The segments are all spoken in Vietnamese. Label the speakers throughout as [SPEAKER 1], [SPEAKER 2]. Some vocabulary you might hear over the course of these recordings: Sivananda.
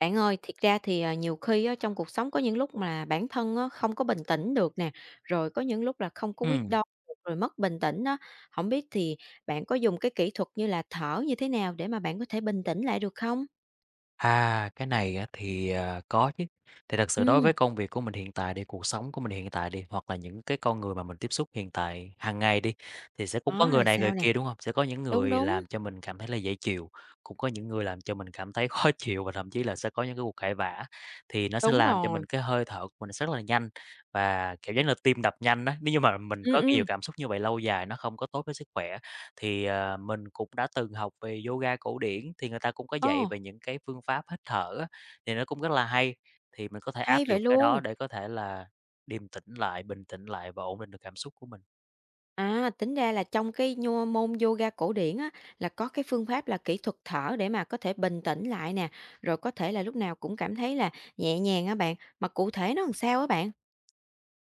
[SPEAKER 1] Bạn ơi, thiệt ra thì, nhiều khi á, trong cuộc sống có những lúc mà bản thân á, không có bình tĩnh được nè, rồi có những lúc là không có
[SPEAKER 2] Ừ,
[SPEAKER 1] quyết đoán được, rồi mất bình tĩnh á. Không biết thì bạn có dùng cái kỹ thuật như là thở như thế nào để mà bạn có thể bình tĩnh lại được không?
[SPEAKER 2] cái này á thì, có chứ. Thì thật sự đối với
[SPEAKER 1] Ừ,
[SPEAKER 2] công việc của mình hiện tại đi, cuộc sống của mình hiện tại đi, hoặc là những cái con người mà mình tiếp xúc hiện tại hàng ngày đi, thì sẽ cũng có
[SPEAKER 1] đó, rồi
[SPEAKER 2] người này người
[SPEAKER 1] sao nè?
[SPEAKER 2] kia, đúng không? Sẽ có những
[SPEAKER 1] Đúng,
[SPEAKER 2] người
[SPEAKER 1] đúng,
[SPEAKER 2] làm cho mình cảm thấy là dễ chịu, cũng có những người làm cho mình cảm thấy khó chịu và thậm chí là sẽ có những cái cuộc cãi vã. Thì nó sẽ
[SPEAKER 1] đúng
[SPEAKER 2] làm cho
[SPEAKER 1] rồi.
[SPEAKER 2] mình cái hơi thở của mình rất là nhanh và kiểu giống là tim đập nhanh á, nếu như mà mình
[SPEAKER 1] Ừ,
[SPEAKER 2] có nhiều
[SPEAKER 1] ừ,
[SPEAKER 2] cảm xúc như vậy lâu dài nó không có tốt với sức khỏe. Thì, mình cũng đã từng học về yoga cổ điển, thì người ta cũng có dạy
[SPEAKER 1] ồ,
[SPEAKER 2] về những cái phương pháp hít thở á, thì nó cũng rất là hay, thì mình có thể áp
[SPEAKER 1] hay vậy
[SPEAKER 2] dụng cái
[SPEAKER 1] luôn!
[SPEAKER 2] đó để có thể là điềm tĩnh lại, bình tĩnh lại và ổn định được cảm xúc của mình.
[SPEAKER 1] À, tính ra là trong cái nho môn yoga cổ điển á, là có cái phương pháp là kỹ thuật thở để mà có thể bình tĩnh lại nè, rồi có thể là lúc nào cũng cảm thấy là nhẹ nhàng á bạn, mà cụ thể nó làm sao á bạn?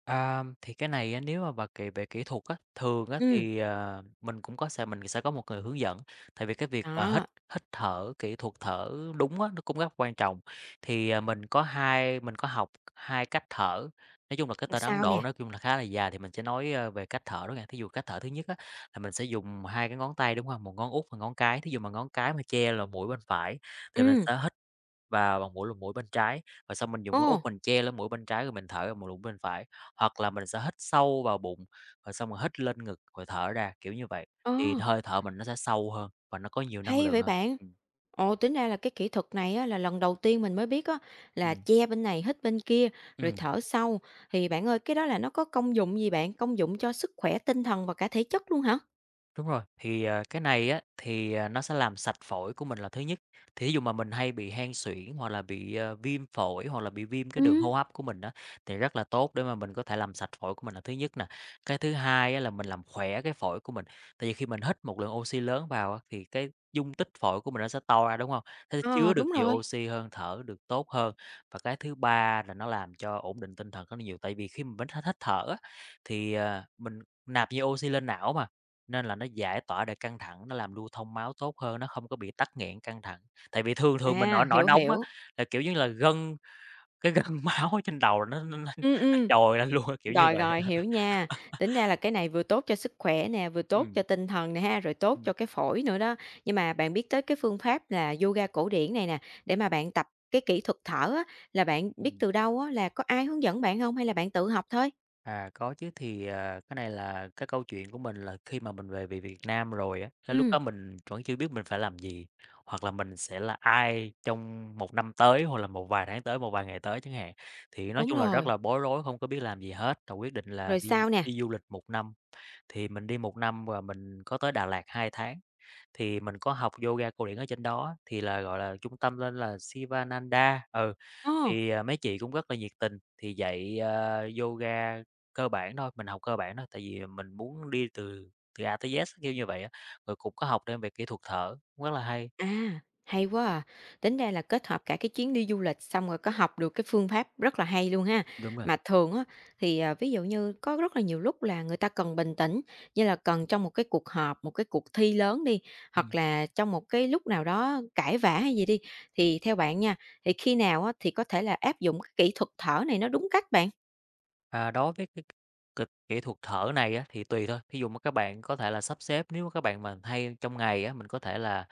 [SPEAKER 2] À, thì cái này á, nếu mà bà kỹ về kỹ thuật á, thường á,
[SPEAKER 1] Ừ,
[SPEAKER 2] thì, mình sẽ có một người hướng dẫn, tại vì cái việc mà hít
[SPEAKER 1] đó,
[SPEAKER 2] hít thở, kỹ thuật thở đúng á, nó cũng rất quan trọng. Thì, mình có học 2 cách thở, nói chung là cái
[SPEAKER 1] làm
[SPEAKER 2] tên Ấn
[SPEAKER 1] sao nè?
[SPEAKER 2] Độ nói chung là khá là dài thì mình sẽ nói, về cách thở đó nha. Thí dụ cách thở thứ nhất á, là mình sẽ dùng 2 cái ngón tay, đúng không? Một ngón út và ngón cái, thí dụ mà ngón cái mà che là mũi bên phải
[SPEAKER 1] Ừ,
[SPEAKER 2] thì mình sẽ hít và bằng mũi là mũi bên trái, và xong mình dùng
[SPEAKER 1] ồ,
[SPEAKER 2] cái út mình che lên mũi bên trái rồi mình thở vào mũi lũng bên phải, hoặc là mình sẽ hít sâu vào bụng, rồi xong rồi hít lên ngực rồi thở ra, kiểu như vậy,
[SPEAKER 1] ồ,
[SPEAKER 2] thì hơi thở mình nó sẽ sâu hơn và nó có nhiều năng
[SPEAKER 1] hay
[SPEAKER 2] lượng
[SPEAKER 1] vậy
[SPEAKER 2] hơn.
[SPEAKER 1] bạn!
[SPEAKER 2] Ừm,
[SPEAKER 1] Ồ, tính ra là cái kỹ thuật này á, là lần đầu tiên mình mới biết á, là
[SPEAKER 2] ừm,
[SPEAKER 1] che bên này, hít bên kia, rồi
[SPEAKER 2] ừm.
[SPEAKER 1] thở sâu. Thì bạn ơi, cái đó là nó có công dụng gì bạn? Công dụng cho sức khỏe tinh thần và cả thể chất luôn hả?
[SPEAKER 2] Đúng rồi, thì, cái này á, thì, nó sẽ làm sạch phổi của mình là thứ nhất. Thí dụ mà mình hay bị hen suyễn hoặc là bị viêm phổi hoặc là bị viêm cái
[SPEAKER 1] Ừ,
[SPEAKER 2] đường hô hấp của mình đó thì rất là tốt để mà mình có thể làm sạch phổi của mình là thứ nhất nè. Cái thứ hai á, là mình làm khỏe cái phổi của mình, tại vì khi mình hít một lượng oxy lớn vào á, thì cái dung tích phổi của mình nó sẽ to ra, đúng không? Nó sẽ
[SPEAKER 1] ờ,
[SPEAKER 2] chứa được
[SPEAKER 1] đúng
[SPEAKER 2] nhiều
[SPEAKER 1] rồi.
[SPEAKER 2] oxy hơn, thở được tốt hơn. Và cái thứ ba là nó làm cho ổn định tinh thần rất là nhiều, tại vì khi mình hít hít thở á, thì, mình nạp nhiều oxy lên não mà, nên là nó giải tỏa được căng thẳng, nó làm lưu thông máu tốt hơn, nó không có bị tắc nghẽn căng thẳng. Tại vì thường thường mình nổi
[SPEAKER 1] À,
[SPEAKER 2] nổi
[SPEAKER 1] hiểu,
[SPEAKER 2] nóng á,
[SPEAKER 1] hiểu.
[SPEAKER 2] là, kiểu như là, cái gân máu ở trên đầu nó nó nó
[SPEAKER 1] Ừ,
[SPEAKER 2] nó trồi lên luôn á, kiểu như
[SPEAKER 1] rồi,
[SPEAKER 2] vậy
[SPEAKER 1] rồi, hiểu
[SPEAKER 2] á.
[SPEAKER 1] nha. Tính ra là cái này vừa tốt cho sức khỏe nè, vừa tốt cho
[SPEAKER 2] Ừm,
[SPEAKER 1] tinh thần nè ha, rồi tốt
[SPEAKER 2] ừm.
[SPEAKER 1] cho cái phổi nữa đó. Nhưng mà bạn biết tới cái phương pháp là yoga cổ điển này nè, để mà bạn tập cái kỹ thuật thở á, là bạn biết từ đâu á? Là có ai hướng dẫn bạn không hay là bạn tự học thôi?
[SPEAKER 2] À, có chứ, thì, cái này là cái câu chuyện của mình là khi mà mình về về Việt Nam rồi á, cái lúc
[SPEAKER 1] Ừ,
[SPEAKER 2] đó mình vẫn chưa biết mình phải làm gì, hoặc là mình sẽ là ai trong một năm tới, hoặc là một vài tháng tới, một vài ngày tới chẳng hạn. Thì nói
[SPEAKER 1] đúng
[SPEAKER 2] chung là rất
[SPEAKER 1] rồi.
[SPEAKER 2] là bối rối, không có biết làm gì hết, rồi quyết định là
[SPEAKER 1] Rồi
[SPEAKER 2] đi
[SPEAKER 1] sao nè?
[SPEAKER 2] đi du lịch một năm. Thì mình đi một năm và mình có tới Đà Lạt 2 tháng, thì mình có học yoga cổ điển ở trên đó, thì là, gọi là, trung tâm tên là Sivananda, ừ.
[SPEAKER 1] Ờ.
[SPEAKER 2] Thì, mấy chị cũng rất là nhiệt tình, thì dạy yoga cơ bản thôi, mình học cơ bản thôi, tại vì mình muốn đi từ từ A tới Z, kiểu như vậy á. Rồi cũng có học thêm về kỹ thuật thở, cũng rất là hay.
[SPEAKER 1] À, hay quá à. Tính ra là kết hợp cả cái chuyến đi du lịch xong rồi có học được cái phương pháp rất là hay luôn ha.
[SPEAKER 2] Đúng rồi.
[SPEAKER 1] Mà thường á thì, ví dụ như có rất là nhiều lúc là người ta cần bình tĩnh, như là cần trong một cái cuộc họp, một cái cuộc thi lớn đi, hoặc
[SPEAKER 2] Ừm,
[SPEAKER 1] là trong một cái lúc nào đó cãi vã hay gì đi, thì theo bạn nha, thì khi nào á thì có thể là áp dụng cái kỹ thuật thở này nó đúng cách bạn?
[SPEAKER 2] đối với cái kỹ thuật thở này á, thì tùy thôi, thí dụ mà các bạn có thể là sắp xếp, nếu mà các bạn mà hay trong ngày á, mình có thể là,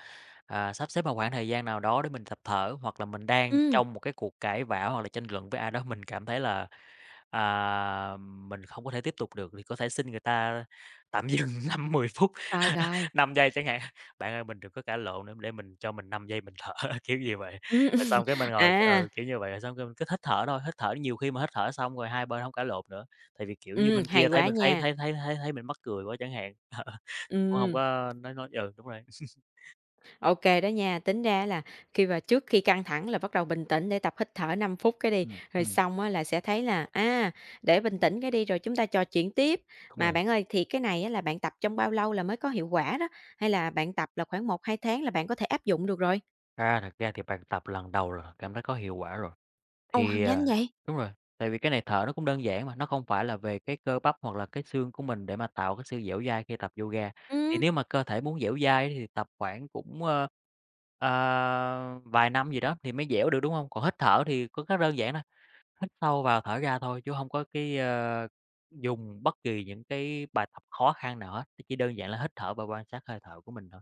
[SPEAKER 2] sắp xếp vào khoảng thời gian nào đó để mình tập thở, hoặc là mình đang
[SPEAKER 1] Ừ,
[SPEAKER 2] trong một cái cuộc cãi vã hoặc là tranh luận với ai đó, mình cảm thấy là mình không có thể tiếp tục được thì có thể xin người ta tạm dừng 5, 10 phút,
[SPEAKER 1] rồi, rồi.
[SPEAKER 2] 5 giây chẳng hạn. "Bạn ơi, mình đừng có cãi lộn nữa, để mình cho mình 5 giây mình thở", kiểu gì vậy.
[SPEAKER 1] Ừm,
[SPEAKER 2] Rồi xong cái mình ngồi
[SPEAKER 1] à,
[SPEAKER 2] ừ, kiểu như vậy, rồi xong cái mình cứ hít thở thôi, hít thở nhiều khi mà hít thở xong rồi hai bên không cãi lộn nữa, tại vì, kiểu như,
[SPEAKER 1] ừ,
[SPEAKER 2] bên
[SPEAKER 1] hay
[SPEAKER 2] kia thấy
[SPEAKER 1] quá
[SPEAKER 2] mình thấy
[SPEAKER 1] nha.
[SPEAKER 2] thấy thấy thấy thấy mình mắc cười quá chẳng hạn. thì cũng không
[SPEAKER 1] Ừm.
[SPEAKER 2] có nói ừ, đúng rồi.
[SPEAKER 1] OK đó nha, tính ra là khi mà trước khi căng thẳng là bắt đầu bình tĩnh để tập hít thở 5 phút cái đi,
[SPEAKER 2] Ừm,
[SPEAKER 1] rồi
[SPEAKER 2] ừm,
[SPEAKER 1] xong á là sẽ thấy là, à, để bình tĩnh cái đi rồi chúng ta trò chuyện tiếp.
[SPEAKER 2] đúng
[SPEAKER 1] Mà
[SPEAKER 2] rồi.
[SPEAKER 1] bạn ơi, thì cái này á là bạn tập trong bao lâu là mới có hiệu quả đó? Hay là bạn tập là khoảng một hai tháng là bạn có thể áp dụng được rồi?
[SPEAKER 2] À, thật ra thì bạn tập lần đầu là cảm thấy có hiệu quả rồi.
[SPEAKER 1] Ồ, h
[SPEAKER 2] Thì,
[SPEAKER 1] nhanh vậy?
[SPEAKER 2] đúng rồi, tại vì cái này thở nó cũng đơn giản mà, nó không phải là về cái cơ bắp hoặc là cái xương của mình để mà tạo cái sự dẻo dai khi tập yoga. Thì
[SPEAKER 1] Ừm.
[SPEAKER 2] nếu mà cơ thể muốn dẻo dai thì tập khoảng cũngờ, vài năm gì đó thì mới dẻo được, đúng không? Còn hít thở thì có rất đơn giản thôi, hít sâu vào thở ra thôi chứ không có cái dùng bất kỳ những cái bài tập khó khăn nào hết, chỉ đơn giản là hít thở và quan sát hơi thở của mình thôi.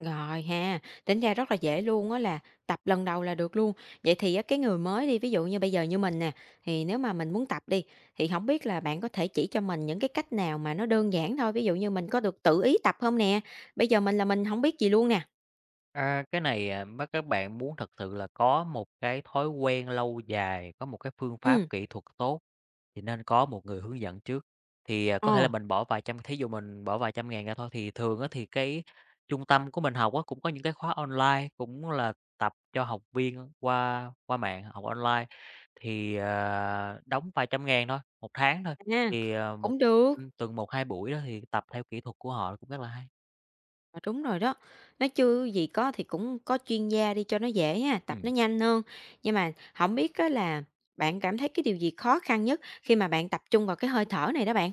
[SPEAKER 1] Rồi ha, tính ra rất là dễ luôn á là tập lần đầu là được luôn. Vậy thì á, cái người mới đi, ví dụ như bây giờ như mình nè, thì nếu mà mình muốn tập đi, thì không biết là bạn có thể chỉ cho mình những cái cách nào mà nó đơn giản thôi, ví dụ như mình có được tự ý tập không nè? Bây giờ mình là mình không biết gì luôn nè.
[SPEAKER 2] À, cái này, mà các bạn muốn thật sự là có một cái thói quen lâu dài, có một cái phương pháp
[SPEAKER 1] Ừ,
[SPEAKER 2] kỹ thuật tốt thì nên có một người hướng dẫn trước. Thì, có thể
[SPEAKER 1] ờ,
[SPEAKER 2] là mình bỏ vài trăm thí dụ mình bỏ vài trăm ngàn ra thôi, thì thường á thì cái trung tâm của mình học á, cũng có những cái khóa online, cũng là tập cho học viên qua qua mạng, học online thì, đóng vài trăm ngàn thôi, 1 tháng thôi,
[SPEAKER 1] ha,
[SPEAKER 2] thì, một
[SPEAKER 1] cũng được,
[SPEAKER 2] tuần một hai buổi đó thì tập theo kỹ thuật của họ cũng rất là hay.
[SPEAKER 1] ờ, đúng rồi đó. Nói chứ gì có thì cũng có chuyên gia đi cho nó dễ ha, tập nó
[SPEAKER 2] Ừm.
[SPEAKER 1] nhanh hơn. Nhưng mà không biết á là bạn cảm thấy cái điều gì khó khăn nhất khi mà bạn tập trung vào cái hơi thở này đó bạn?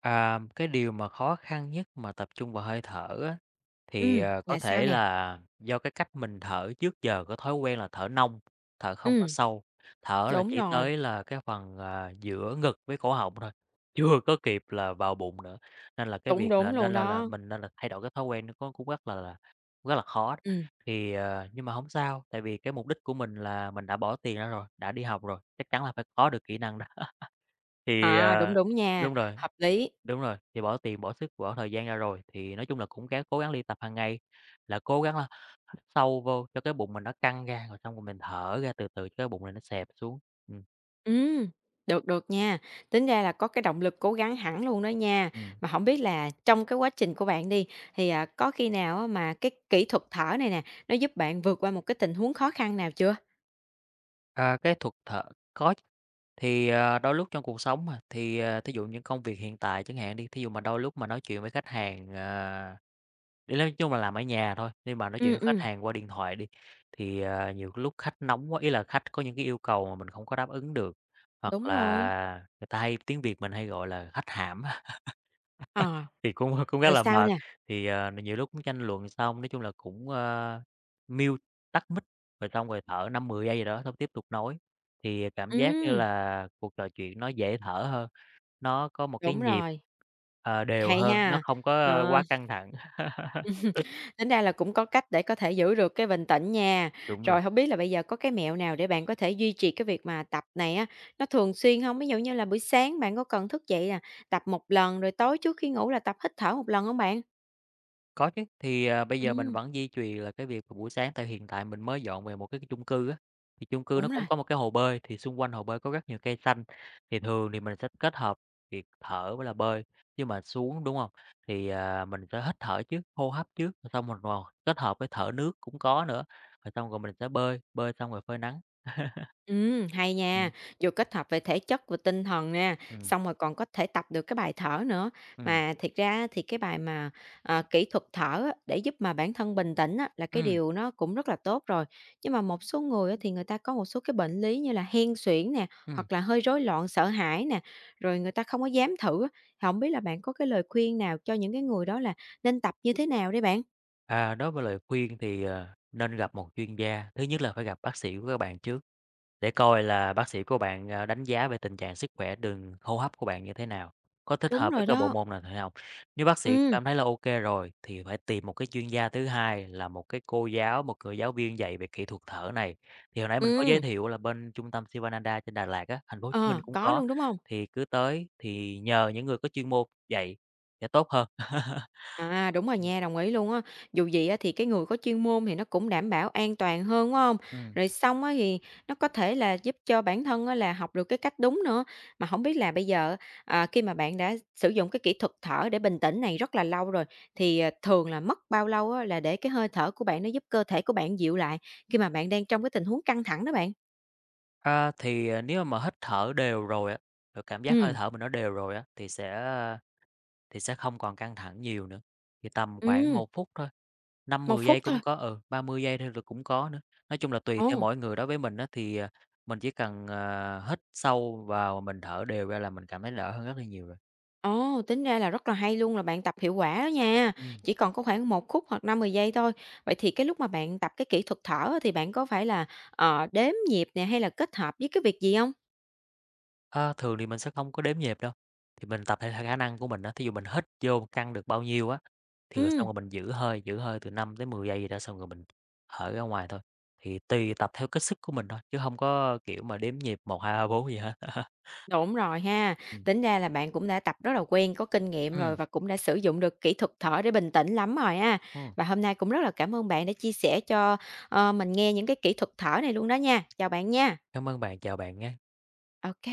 [SPEAKER 2] À, cái điều mà khó khăn nhất mà tập trung vào hơi thở á, thì, có
[SPEAKER 1] Là sao
[SPEAKER 2] thể
[SPEAKER 1] nè?
[SPEAKER 2] là do cái cách mình thở trước giờ có thói quen là thở nông, thở không có
[SPEAKER 1] Ừm,
[SPEAKER 2] sâu, thở là
[SPEAKER 1] đúng
[SPEAKER 2] chỉ
[SPEAKER 1] rồi,
[SPEAKER 2] tới là cái phần, giữa ngực với cổ họng thôi, chưa có kịp là vào bụng nữa. Nên là cái
[SPEAKER 1] đúng,
[SPEAKER 2] việc là
[SPEAKER 1] đúng luôn
[SPEAKER 2] nên là
[SPEAKER 1] đó.
[SPEAKER 2] mình nên là thay đổi cái thói quen nó có cũng rất là rất là khó.
[SPEAKER 1] Ừm,
[SPEAKER 2] Thì, nhưng mà không sao, tại vì cái mục đích của mình là mình đã bỏ tiền ra rồi, đã đi học rồi, chắc chắn là phải có được kỹ năng đó. Thì,
[SPEAKER 1] à, đúng, đúng nha,
[SPEAKER 2] đúng rồi.
[SPEAKER 1] hợp lý.
[SPEAKER 2] Đúng rồi, thì bỏ tiền, bỏ sức, bỏ thời gian ra rồi, thì nói chung là cũng cố gắng đi tập hàng ngày, là cố gắng là hít sâu vô cho cái bụng mình nó căng ra, rồi xong rồi mình thở ra từ từ cho cái bụng này nó xẹp xuống. Ừm.
[SPEAKER 1] Ừm, được, được nha, tính ra là có cái động lực cố gắng hẳn luôn đó nha.
[SPEAKER 2] Ừm,
[SPEAKER 1] Mà hổng biết là trong cái quá trình của bạn đi, thì, có khi nào á mà cái kỹ thuật thở này nè, nó giúp bạn vượt qua một cái tình huống khó khăn nào chưa?
[SPEAKER 2] cái thuật thở có chứ. Thì, đôi lúc trong cuộc sống mà, thì, thí dụ những công việc hiện tại chẳng hạn đi, thí dụ mà đôi lúc mà nói chuyện với khách hàng, ý là nói chung là làm ở nhà thôi, nhưng mà nói chuyện
[SPEAKER 1] Ừm,
[SPEAKER 2] với khách
[SPEAKER 1] ừm,
[SPEAKER 2] hàng qua điện thoại đi, thì, nhiều lúc khách nóng quá, ý là khách có những cái yêu cầu mà mình không có đáp ứng được, hoặc
[SPEAKER 1] đúng rồi.
[SPEAKER 2] là người ta hay tiếng Việt mình hay gọi là khách hãm á,
[SPEAKER 1] Ờ,
[SPEAKER 2] thì cũng cũng rất
[SPEAKER 1] rồi
[SPEAKER 2] là
[SPEAKER 1] sao
[SPEAKER 2] mệt.
[SPEAKER 1] nè?
[SPEAKER 2] Thì, nhiều lúc cũng tranh luận xong, nói chung là cũng mute, tắt mic, rồi xong rồi thở 5, 10 giây gì đó xong tiếp tục nói. Thì cảm giác như
[SPEAKER 1] Ừm,
[SPEAKER 2] là cuộc trò chuyện nó dễ thở hơn, nó có một cái
[SPEAKER 1] đúng
[SPEAKER 2] nhịp,
[SPEAKER 1] rồi,
[SPEAKER 2] đều
[SPEAKER 1] hay
[SPEAKER 2] hơn, nó
[SPEAKER 1] ha.
[SPEAKER 2] không có
[SPEAKER 1] Ờ.
[SPEAKER 2] quá căng thẳng.
[SPEAKER 1] Ừm, tính ra là cũng có cách để có thể giữ được cái bình tĩnh nha.
[SPEAKER 2] Đúng rồi.
[SPEAKER 1] Rồi hông biết là bây giờ có cái mẹo nào để bạn có thể duy trì cái việc mà tập này á, nó thường xuyên hông? Ví dụ như là buổi sáng bạn có cần thức dậy, tập một lần, rồi tối trước khi ngủ là tập hít thở một lần hông bạn?
[SPEAKER 2] Có chứ, thì, bây giờ mình
[SPEAKER 1] Ừm,
[SPEAKER 2] vẫn duy trì là cái việc mà buổi sáng tại hiện tại mình mới dọn về một cái chung cư á, thì chung cư nó
[SPEAKER 1] đúng rồi.
[SPEAKER 2] cũng có một cái hồ bơi, thì xung quanh hồ bơi có rất nhiều cây xanh, thì thường thì mình sẽ kết hợp việc thở với là bơi. Nhưng mà xuống, đúng không? Thì, mình sẽ hít thở trước, hô hấp trước, rồi xong mình còn kết hợp với thở nước cũng có nữa, rồi xong rồi mình sẽ bơi, bơi xong rồi phơi nắng.
[SPEAKER 1] Hay nha,
[SPEAKER 2] Ừm,
[SPEAKER 1] vừa kết hợp về thể chất và tinh thần nè,
[SPEAKER 2] ừm,
[SPEAKER 1] xong rồi còn có thể tập được cái bài thở nữa.
[SPEAKER 2] ừm,
[SPEAKER 1] Mà thiệt ra thì cái bài mà, kỹ thuật thở á, để giúp mà bản thân bình tĩnh á, là cái
[SPEAKER 2] ừm,
[SPEAKER 1] điều nó cũng rất là tốt rồi. Nhưng mà một số người á, thì người ta có một số cái bệnh lý như là hen suyễn nè,
[SPEAKER 2] ừm.
[SPEAKER 1] hoặc là hơi rối loạn, sợ hãi nè, rồi người ta không có dám thử á. Thì hổng biết là bạn có cái lời khuyên nào cho những cái người đó là nên tập như thế nào đấy bạn?
[SPEAKER 2] À, đối với lời khuyên thì, nên gặp một chuyên gia, thứ nhất là phải gặp bác sĩ của các bạn trước. Để coi là bác sĩ của bạn, đánh giá về tình trạng sức khỏe đường hô hấp của bạn như thế nào, có thích
[SPEAKER 1] Đúng
[SPEAKER 2] hợp với
[SPEAKER 1] rồi
[SPEAKER 2] cái bộ
[SPEAKER 1] đó.
[SPEAKER 2] môn nào hay không. Nếu bác sĩ
[SPEAKER 1] Ừm,
[SPEAKER 2] cảm thấy là ok rồi thì phải tìm một cái chuyên gia thứ hai là một cái cô giáo, một người giáo viên dạy về kỹ thuật thở này. Thì hồi nãy mình có giới
[SPEAKER 1] ừm,
[SPEAKER 2] thiệu là bên trung tâm Sivananda trên Đà Lạt á, thành phố Hồ Chí Minh
[SPEAKER 1] ờ,
[SPEAKER 2] cũng
[SPEAKER 1] có
[SPEAKER 2] có,
[SPEAKER 1] luôn, đúng không?
[SPEAKER 2] thì cứ tới thì nhờ những người có chuyên môn dạy sẽ tốt hơn.
[SPEAKER 1] À, đúng rồi nha, đồng ý luôn á. Dù gì á thì cái người có chuyên môn thì nó cũng đảm bảo an toàn hơn, đúng không?
[SPEAKER 2] Ừm.
[SPEAKER 1] Rồi xong á thì nó có thể là giúp cho bản thân á là học được cái cách đúng nữa. Mà không biết là bây giờ, khi mà bạn đã sử dụng cái kỹ thuật thở để bình tĩnh này rất là lâu rồi, thì, thường là mất bao lâu á là để cái hơi thở của bạn nó giúp cơ thể của bạn dịu lại khi mà bạn đang trong cái tình huống căng thẳng đó bạn?
[SPEAKER 2] Thì, nếu mà hít thở đều rồi á, rồi cảm giác hơi
[SPEAKER 1] Ừm,
[SPEAKER 2] thở mình nó đều rồi á, thì sẽ không còn căng thẳng nhiều nữa, thì tầm khoảng
[SPEAKER 1] ừm,
[SPEAKER 2] 1 phút thôi, năm
[SPEAKER 1] một
[SPEAKER 2] mười
[SPEAKER 1] phút
[SPEAKER 2] giây
[SPEAKER 1] thôi.
[SPEAKER 2] cũng có, ừ, 30 giây thôi rồi cũng có nữa. Nói chung là tùy theo
[SPEAKER 1] Ồ.
[SPEAKER 2] mỗi người, đối với mình á thì, mình chỉ cần, hít sâu vào mình thở đều ra là mình cảm thấy đỡ hơn rất là nhiều
[SPEAKER 1] Ồ, tính ra là rất là hay luôn, là bạn tập hiệu quả đó nha,
[SPEAKER 2] rồi.
[SPEAKER 1] chỉ còn có khoảng 1 phút hoặc 50 giây thôi. Vậy thì cái lúc mà bạn tập cái kỹ thuật thở á thì bạn có phải là, ờ, đếm nhịp nè, hay là kết hợp với cái việc gì không?
[SPEAKER 2] Thường thì mình sẽ không có đếm nhịp đâu, thì mình tập theo khả năng của mình á. Thí dụ mình hít vô căng được bao nhiêu á, thì rồi xong
[SPEAKER 1] Ừm,
[SPEAKER 2] rồi mình giữ hơi từ 5 tới 10 giây gì đó xong rồi mình thở ra ngoài thôi. Thì tùy tập theo cái sức của mình thôi, chứ không có, kiểu, mà đếm nhịp 1 2 3 4 gì hết.
[SPEAKER 1] đúng rồi ha,
[SPEAKER 2] Ừm.
[SPEAKER 1] tính ra là bạn cũng đã tập rất là quen, có kinh nghiệm rồi
[SPEAKER 2] Ừm,
[SPEAKER 1] và cũng đã sử dụng được kỹ thuật thở để bình tĩnh lắm rồi ha.
[SPEAKER 2] ừm.
[SPEAKER 1] Và hôm nay cũng rất là cảm ơn bạn đã chia sẻ cho, mình nghe những cái kỹ thuật thở này luôn đó nha. Chào bạn nha.
[SPEAKER 2] Cảm ơn bạn, chào bạn nhá.
[SPEAKER 1] Ok.